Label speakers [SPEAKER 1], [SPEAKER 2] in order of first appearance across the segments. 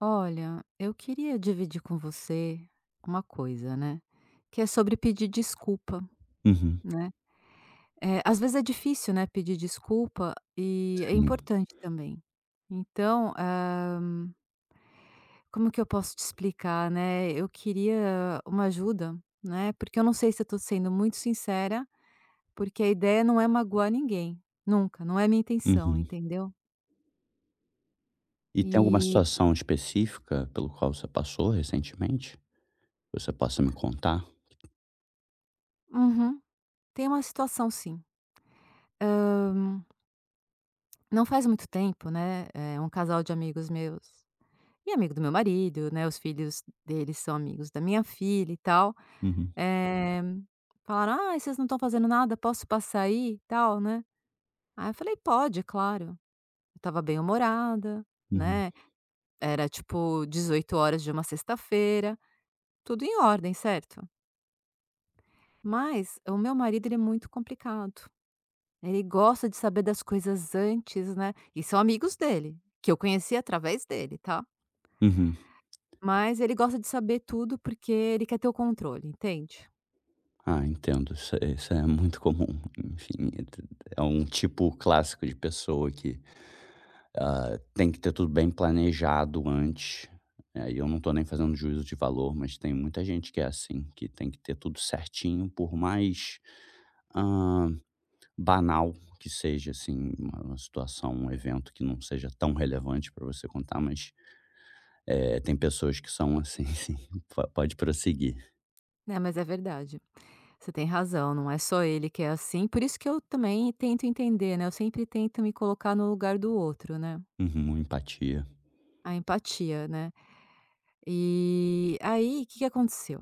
[SPEAKER 1] Olha, eu queria dividir com você uma coisa, né, que é sobre pedir desculpa,
[SPEAKER 2] Uhum,
[SPEAKER 1] né. Às vezes é difícil, né, pedir desculpa e é
[SPEAKER 2] sim,
[SPEAKER 1] importante também. Então, como que eu posso te explicar, né, eu queria uma ajuda, né, porque eu não sei se eu tô sendo muito sincera, porque a ideia não é magoar ninguém, nunca, não é minha intenção,
[SPEAKER 2] uhum.
[SPEAKER 1] entendeu.
[SPEAKER 2] E tem alguma
[SPEAKER 1] E
[SPEAKER 2] situação específica pelo qual você passou recentemente? Você possa me contar?
[SPEAKER 1] uhum, tem uma situação sim. Não faz muito tempo, né, é um casal de amigos meus e amigo do meu marido, né, os filhos deles são amigos da minha filha e tal,
[SPEAKER 2] Uhum,
[SPEAKER 1] eh, falaram: "Ai, vocês não estão fazendo nada, posso passar aí e tal, né?" Aí eu falei: "Pode, é claro." Eu estava bem humorada,
[SPEAKER 2] uhum,
[SPEAKER 1] né, era tipo 18 horas de uma sexta-feira, tudo em ordem, certo? Mas o meu marido ele é muito complicado, ele gosta de saber das coisas antes, né, e são amigos dele, que eu conheci através dele, tá?
[SPEAKER 2] uhum.
[SPEAKER 1] Mas ele gosta de saber tudo, porque ele quer ter o controle, entende?
[SPEAKER 2] Ah, entendo. Isso é muito comum. Enfim, é t é um tipo clássico de pessoa que, tem que ter tudo bem planejado antes. E eu não tô nem fazendo juízo de valor, mas tem muita gente que é assim, que tem que ter tudo certinho, por mais, ah, banal que seja, assim, uma situação, um evento que não seja tão relevante para você contar, mas, tem pessoas que são assim, sim. Po Pode prosseguir.
[SPEAKER 1] É, mas é verdade. Você tem razão, não é só ele que é assim. Por isso que eu também tento entender, né, eu sempre tento me colocar no lugar do outro, né,
[SPEAKER 2] Uhum, empatia.
[SPEAKER 1] a empatia, né. E aí, o que que aconteceu?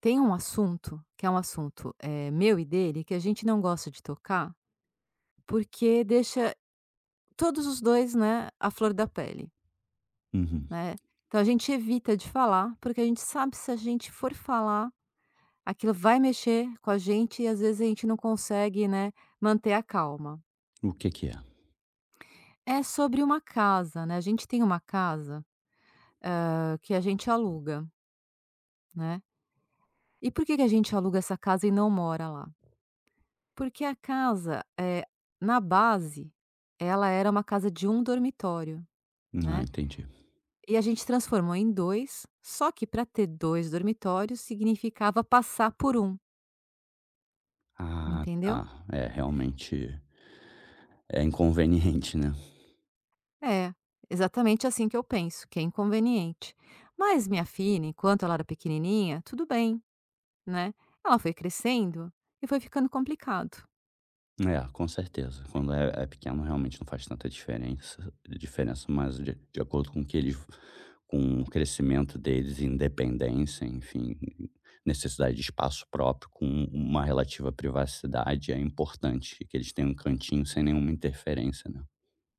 [SPEAKER 1] Tem um assunto, que é um assunto, meu e dele, que a gente não gosta de tocar, porque deixa todos os 2, né, a flor da pele,
[SPEAKER 2] Uhum.
[SPEAKER 1] né. Então a gente evita de falar, porque a gente sabe se a gente for falar aquilo vai mexer com a gente e às vezes a gente não consegue, né, manter a calma.
[SPEAKER 2] O que que é?
[SPEAKER 1] É sobre uma casa, né, a gente tem uma casa, que a gente aluga, né. E por que que a gente aluga essa casa e não mora lá? Porque a casa, na base, ela era uma casa de um dormitório,
[SPEAKER 2] Ah,
[SPEAKER 1] né,
[SPEAKER 2] entendi.
[SPEAKER 1] e a gente transformou em 2. Só que para ter 2 dormitórios significava passar por um,
[SPEAKER 2] Ah,
[SPEAKER 1] entendeu?
[SPEAKER 2] tá. É, realmente é inconveniente, né.
[SPEAKER 1] É, exatamente assim que eu penso, que é inconveniente. Mas minha filha, enquanto ela era pequenininha, tudo bem, né? Ela foi crescendo e foi ficando complicado.
[SPEAKER 2] É, com certeza. Quando é pequeno, realmente não faz tanta diferença, mas de acordo com que eles com o crescimento deles, independência, enfim, necessidade de espaço próprio com uma relativa privacidade, é importante que eles tenham um cantinho sem nenhuma interferência, né.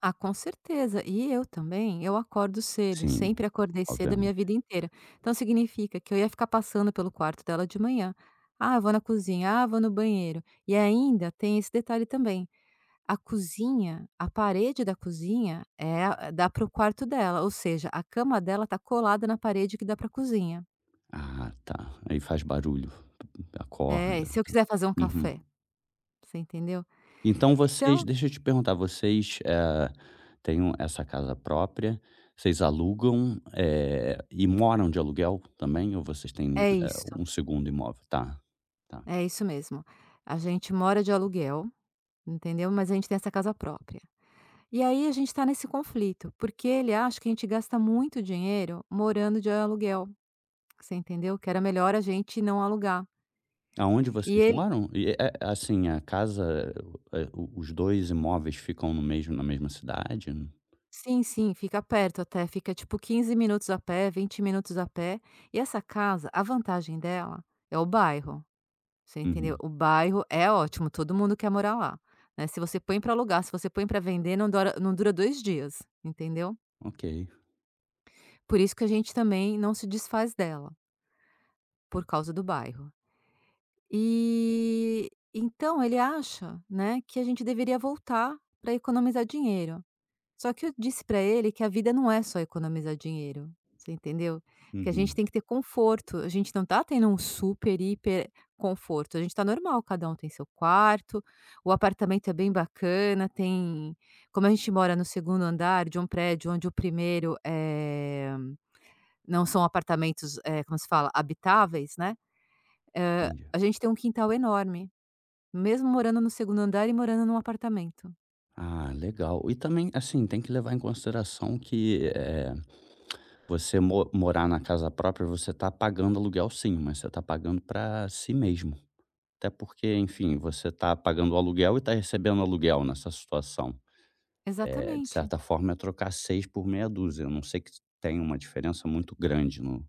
[SPEAKER 1] Ah, com certeza. E eu também, eu acordo cedo,
[SPEAKER 2] Sim,
[SPEAKER 1] sempre acordei cedo a minha
[SPEAKER 2] obviamente.
[SPEAKER 1] vida inteira. Então significa que eu ia ficar passando pelo quarto dela de manhã. Ah, eu vou na cozinha, ah, eu vou no banheiro. E ainda tem esse detalhe também. A cozinha, a parede da cozinha, dá para o quarto dela, ou seja, a cama dela tá colada na parede que dá para a cozinha.
[SPEAKER 2] Ah, tá. Aí faz barulho,
[SPEAKER 1] É,
[SPEAKER 2] acorda,
[SPEAKER 1] se eu
[SPEAKER 2] então.
[SPEAKER 1] quiser fazer um café,
[SPEAKER 2] Uhum.
[SPEAKER 1] você entendeu?
[SPEAKER 2] Então vocês,
[SPEAKER 1] Então,
[SPEAKER 2] deixa eu te perguntar, vocês, têm um essa casa própria, vocês alugam, e moram de aluguel também, ou vocês têm,
[SPEAKER 1] é isso,
[SPEAKER 2] um segundo imóvel? Tá, tá.
[SPEAKER 1] é isso mesmo. A gente mora de aluguel, entendeu? Mas a gente tem essa casa própria. E aí a gente está nesse conflito, porque ele acha que a gente gasta muito dinheiro morando de aluguel, você entendeu? Que era melhor a gente não alugar.
[SPEAKER 2] Aonde
[SPEAKER 1] E
[SPEAKER 2] vocês
[SPEAKER 1] ele
[SPEAKER 2] moram? E é assim, a casa, o os 2 imóveis ficam no mesmo, na mesma cidade?
[SPEAKER 1] sim, sim, fica perto até, fica tipo 15 minutos a pé, 20 minutos a pé. E essa casa, a vantagem dela é o bairro, você entendeu?
[SPEAKER 2] Uhum,
[SPEAKER 1] O bairro é ótimo, todo mundo quer morar lá, né. Se você põe para alugar, se você põe para vender, não dura, não dura 2 dias, entendeu?
[SPEAKER 2] ok.
[SPEAKER 1] Por isso que a gente também não se desfaz dela, por causa do bairro. E, então ele acha, né, que a gente deveria voltar para economizar dinheiro. Só que eu disse pra ele que a vida não é só economizar dinheiro, você entendeu? Que a gente
[SPEAKER 2] Uhum,
[SPEAKER 1] tem que ter conforto, a gente não tá tendo um super hiper conforto, a gente tá normal, cada um tem seu quarto, o apartamento é bem bacana, tem como a gente mora no segundo andar de um prédio onde o primeiro é não são apartamentos, como se fala? Habitáveis, né, hã,
[SPEAKER 2] entendi.
[SPEAKER 1] a gente tem um quintal enorme, mesmo morando no segundo andar e morando num apartamento.
[SPEAKER 2] Ah, legal. E também, assim, tem que levar em consideração que, você morar na casa própria, você está pagando aluguel sim, mas você está pagando para si mesmo. Até porque, enfim, você está pagando o aluguel e está recebendo aluguel nessa situação. É, de
[SPEAKER 1] Exatamente.
[SPEAKER 2] certa forma, é trocar seis por meia dúzia. A não sei que tenha uma diferença muito grande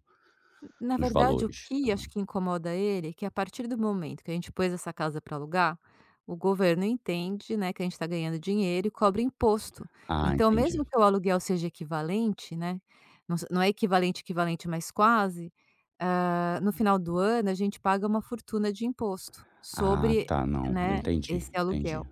[SPEAKER 1] Na
[SPEAKER 2] nos
[SPEAKER 1] verdade, o
[SPEAKER 2] valores. Tá
[SPEAKER 1] que
[SPEAKER 2] bom?
[SPEAKER 1] acho que incomoda ele, é que a partir do momento que a gente pôs essa casa para alugar, o governo entende, né, que a gente está ganhando dinheiro e cobra imposto.
[SPEAKER 2] Ah,
[SPEAKER 1] Então,
[SPEAKER 2] entendi.
[SPEAKER 1] mesmo que o aluguel seja equivalente, né, não se não é equivalente, equivalente, mas quase, hã, no final do ano a gente paga uma fortuna de imposto
[SPEAKER 2] Ah,
[SPEAKER 1] sobre,
[SPEAKER 2] tá, não.
[SPEAKER 1] né,
[SPEAKER 2] Entendi,
[SPEAKER 1] esse aluguel.
[SPEAKER 2] entendi.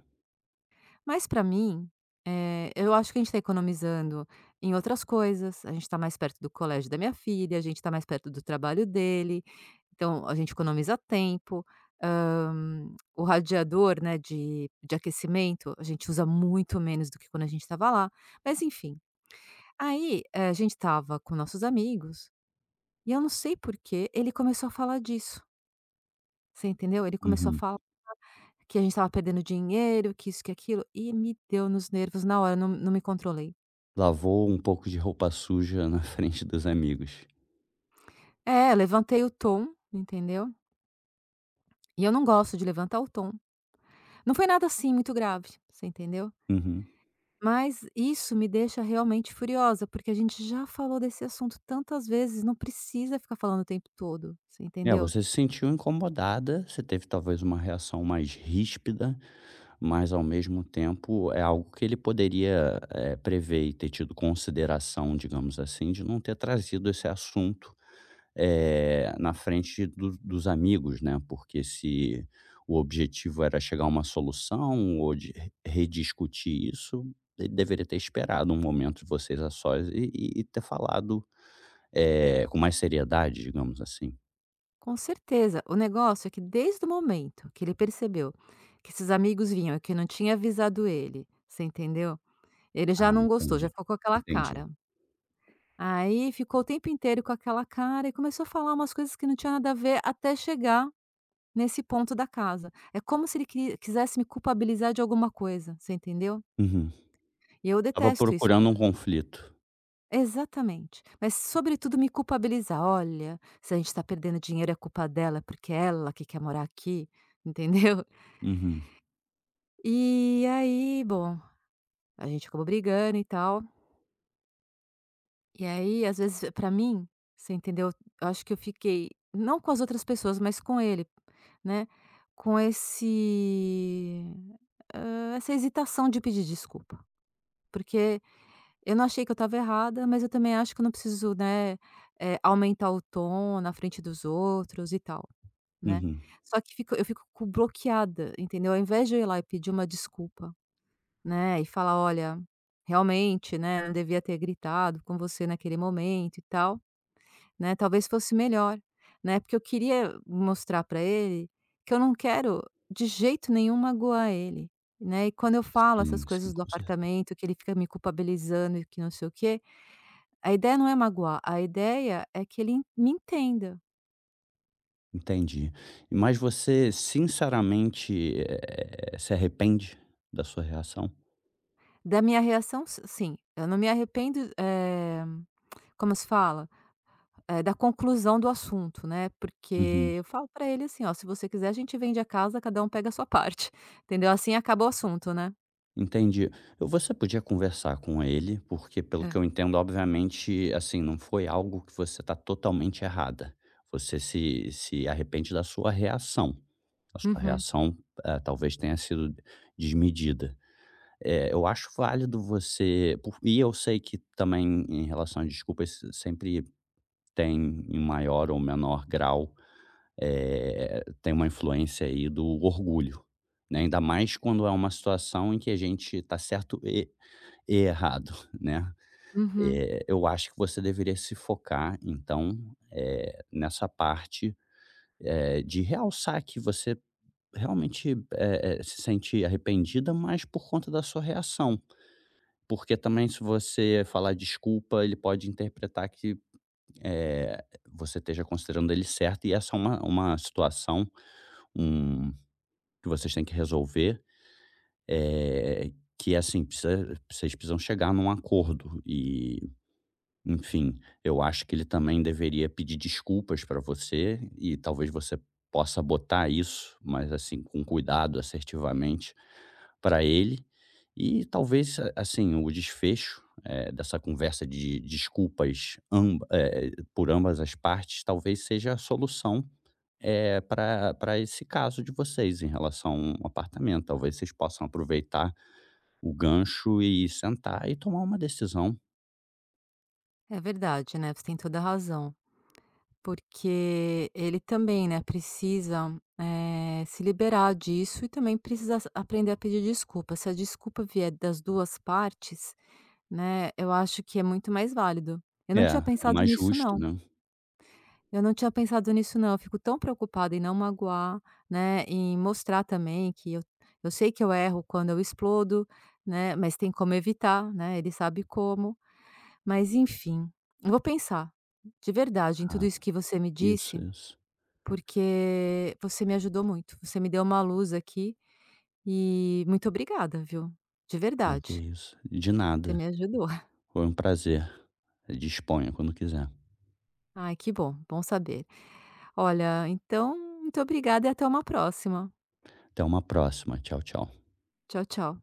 [SPEAKER 1] Mas pra mim, eu acho que a gente tá economizando em outras coisas, a gente tá mais perto do colégio da minha filha, a gente tá mais perto do trabalho dele, então a gente economiza tempo. Hã, o radiador, né, de aquecimento, a gente usa muito menos do que quando a gente estava lá, mas enfim. Aí, a gente estava com nossos amigos, e eu não sei por que ele começou a falar disso, você entendeu? Ele começou a
[SPEAKER 2] Uhum.
[SPEAKER 1] falar que a gente estava perdendo dinheiro, que isso, que aquilo, e me deu nos nervos na hora, não me controlei.
[SPEAKER 2] Lavou um pouco de roupa suja na frente dos amigos.
[SPEAKER 1] É, levantei o tom, entendeu. E eu não gosto de levantar o tom. Não foi nada, assim, muito grave, você entendeu.
[SPEAKER 2] Uhum.
[SPEAKER 1] Mas isso me deixa realmente furiosa, porque a gente já falou desse assunto tantas vezes, não precisa ficar falando o tempo todo, você
[SPEAKER 2] É,
[SPEAKER 1] entendeu.
[SPEAKER 2] você se sentiu incomodada, você teve talvez uma reação mais ríspida, mas ao mesmo tempo é algo que ele poderia, prever e ter tido consideração, digamos assim, de não ter trazido esse assunto, na frente do dos amigos, né, porque se o objetivo era chegar a uma solução ou de re rediscutir isso, ele deveria ter esperado um momento de vocês a sós e e ter falado, com mais seriedade, digamos assim.
[SPEAKER 1] Com certeza, o negócio é que desde o momento que ele percebeu que esses amigos vinham e que eu não tinha avisado ele, você entendeu, ele já
[SPEAKER 2] Ah,
[SPEAKER 1] não gostou, já
[SPEAKER 2] entendi,
[SPEAKER 1] ficou com aquela
[SPEAKER 2] entendi.
[SPEAKER 1] cara. Aí ficou o tempo inteiro com aquela cara e começou a falar umas coisas que não tinha nada a ver até chegar nesse ponto da casa. É como se ele quisesse me culpabilizar de alguma coisa, você entendeu?
[SPEAKER 2] Uhum.
[SPEAKER 1] E eu
[SPEAKER 2] Estava
[SPEAKER 1] detesto isso.
[SPEAKER 2] procurando
[SPEAKER 1] Por-
[SPEAKER 2] um conflito.
[SPEAKER 1] Exatamente. Mas sobretudo me culpabilizar: "Olha, se a gente está perdendo dinheiro é culpa dela, porque é ela que quer morar aqui", entendeu?
[SPEAKER 2] Uhum,
[SPEAKER 1] E aí, bom, a gente acabou brigando e tal. E aí, às vezes, pra mim, você entendeu? Eu acho que eu fiquei, não com as outras pessoas, mas com ele, né? Com esse essa hesitação de pedir desculpa. Porque eu não achei que eu estava errada, mas eu também acho que eu não preciso, né, aumentar o tom na frente dos outros e tal, né?
[SPEAKER 2] uhum.
[SPEAKER 1] Só que fico eu fico co bloqueada, entendeu? Ao invés de eu ir lá e pedir uma desculpa né, e falar: "Olha, realmente, né, não devia ter gritado com você naquele momento e tal, né, talvez fosse melhor", né, porque eu queria mostrar para ele que eu não quero de jeito nenhum magoar ele, né, e quando eu falo essas
[SPEAKER 2] Sim, sim,
[SPEAKER 1] coisas do
[SPEAKER 2] com certeza.
[SPEAKER 1] apartamento, que ele fica me culpabilizando e que não sei o quê, a ideia não é magoar, a ideia é que ele en me entenda.
[SPEAKER 2] Entendi. Mas você sinceramente, se arrepende da sua reação?
[SPEAKER 1] Da minha reação s sim, eu não me arrependo, eh, como se fala? É, da conclusão do assunto, né,
[SPEAKER 2] Uhum,
[SPEAKER 1] porque eu falo pra ele assim: "Ó, se você quiser a gente vende a casa, cada um pega a sua parte", entendeu, assim acaba o assunto, né.
[SPEAKER 2] entendi. Você podia conversar com ele, porque pelo que
[SPEAKER 1] É.
[SPEAKER 2] eu entendo, obviamente, assim, não foi algo que você está totalmente errada. Você se arrepende da sua reação. A sua
[SPEAKER 1] Uhum,
[SPEAKER 2] reação, talvez tenha sido desmedida. É, eu acho válido você por e eu sei que também em relação a desculpas sempre tem em maior ou menor grau, tem uma influência aí do orgulho, né, ainda mais quando é uma situação em que a gente está certo e errado, né.
[SPEAKER 1] uhum.
[SPEAKER 2] Eu acho que você deveria se focar então, nessa parte, de realçar que você realmente, se sente arrependida, mas por conta da sua reação. Porque também se você falar desculpa, ele pode interpretar que, eh, você esteja considerando ele certo, e essa é uma situação, um, que vocês têm que resolver, eh, que é assim, precisa vocês precisam chegar num acordo, e enfim, eu acho que ele também deveria pedir desculpas para você e talvez você possa botar isso, mas assim, com cuidado, assertivamente, para ele. E talvez, assim, o desfecho, dessa conversa de desculpas, por ambas as partes, talvez seja a solução, é, para esse caso de vocês em relação ao apartamento. Talvez vocês possam aproveitar o gancho e sentar e tomar uma decisão.
[SPEAKER 1] É verdade, né, você tem toda a razão, porque ele também, né, precisa, se liberar disso e também precisa s aprender a pedir desculpa. Se a desculpa vier das 2 partes, né, eu acho que é muito mais válido. Eu
[SPEAKER 2] É,
[SPEAKER 1] não tinha
[SPEAKER 2] é
[SPEAKER 1] pensado
[SPEAKER 2] mais
[SPEAKER 1] nisso
[SPEAKER 2] justo,
[SPEAKER 1] não.
[SPEAKER 2] né?
[SPEAKER 1] Eu não tinha pensado nisso não, eu fico tão preocupada em não magoar, né, em mostrar também que eu sei que eu erro quando eu explodo, né, mas tem como evitar, né, ele sabe como. Mas enfim, eu vou pensar, de verdade, em tudo
[SPEAKER 2] Ah,
[SPEAKER 1] isso que você me
[SPEAKER 2] isso,
[SPEAKER 1] disse,
[SPEAKER 2] isso.
[SPEAKER 1] porque você me ajudou muito, você me deu uma luz aqui, e muito obrigada, viu, de
[SPEAKER 2] Ai, que
[SPEAKER 1] verdade,
[SPEAKER 2] isso. De
[SPEAKER 1] você
[SPEAKER 2] nada.
[SPEAKER 1] me ajudou.
[SPEAKER 2] Foi um prazer. Disponha quando quiser.
[SPEAKER 1] Ai que bom, bom saber. Olha, então, muito obrigada e até uma próxima.
[SPEAKER 2] Até uma próxima. Tchau, tchau.
[SPEAKER 1] Tchau, tchau.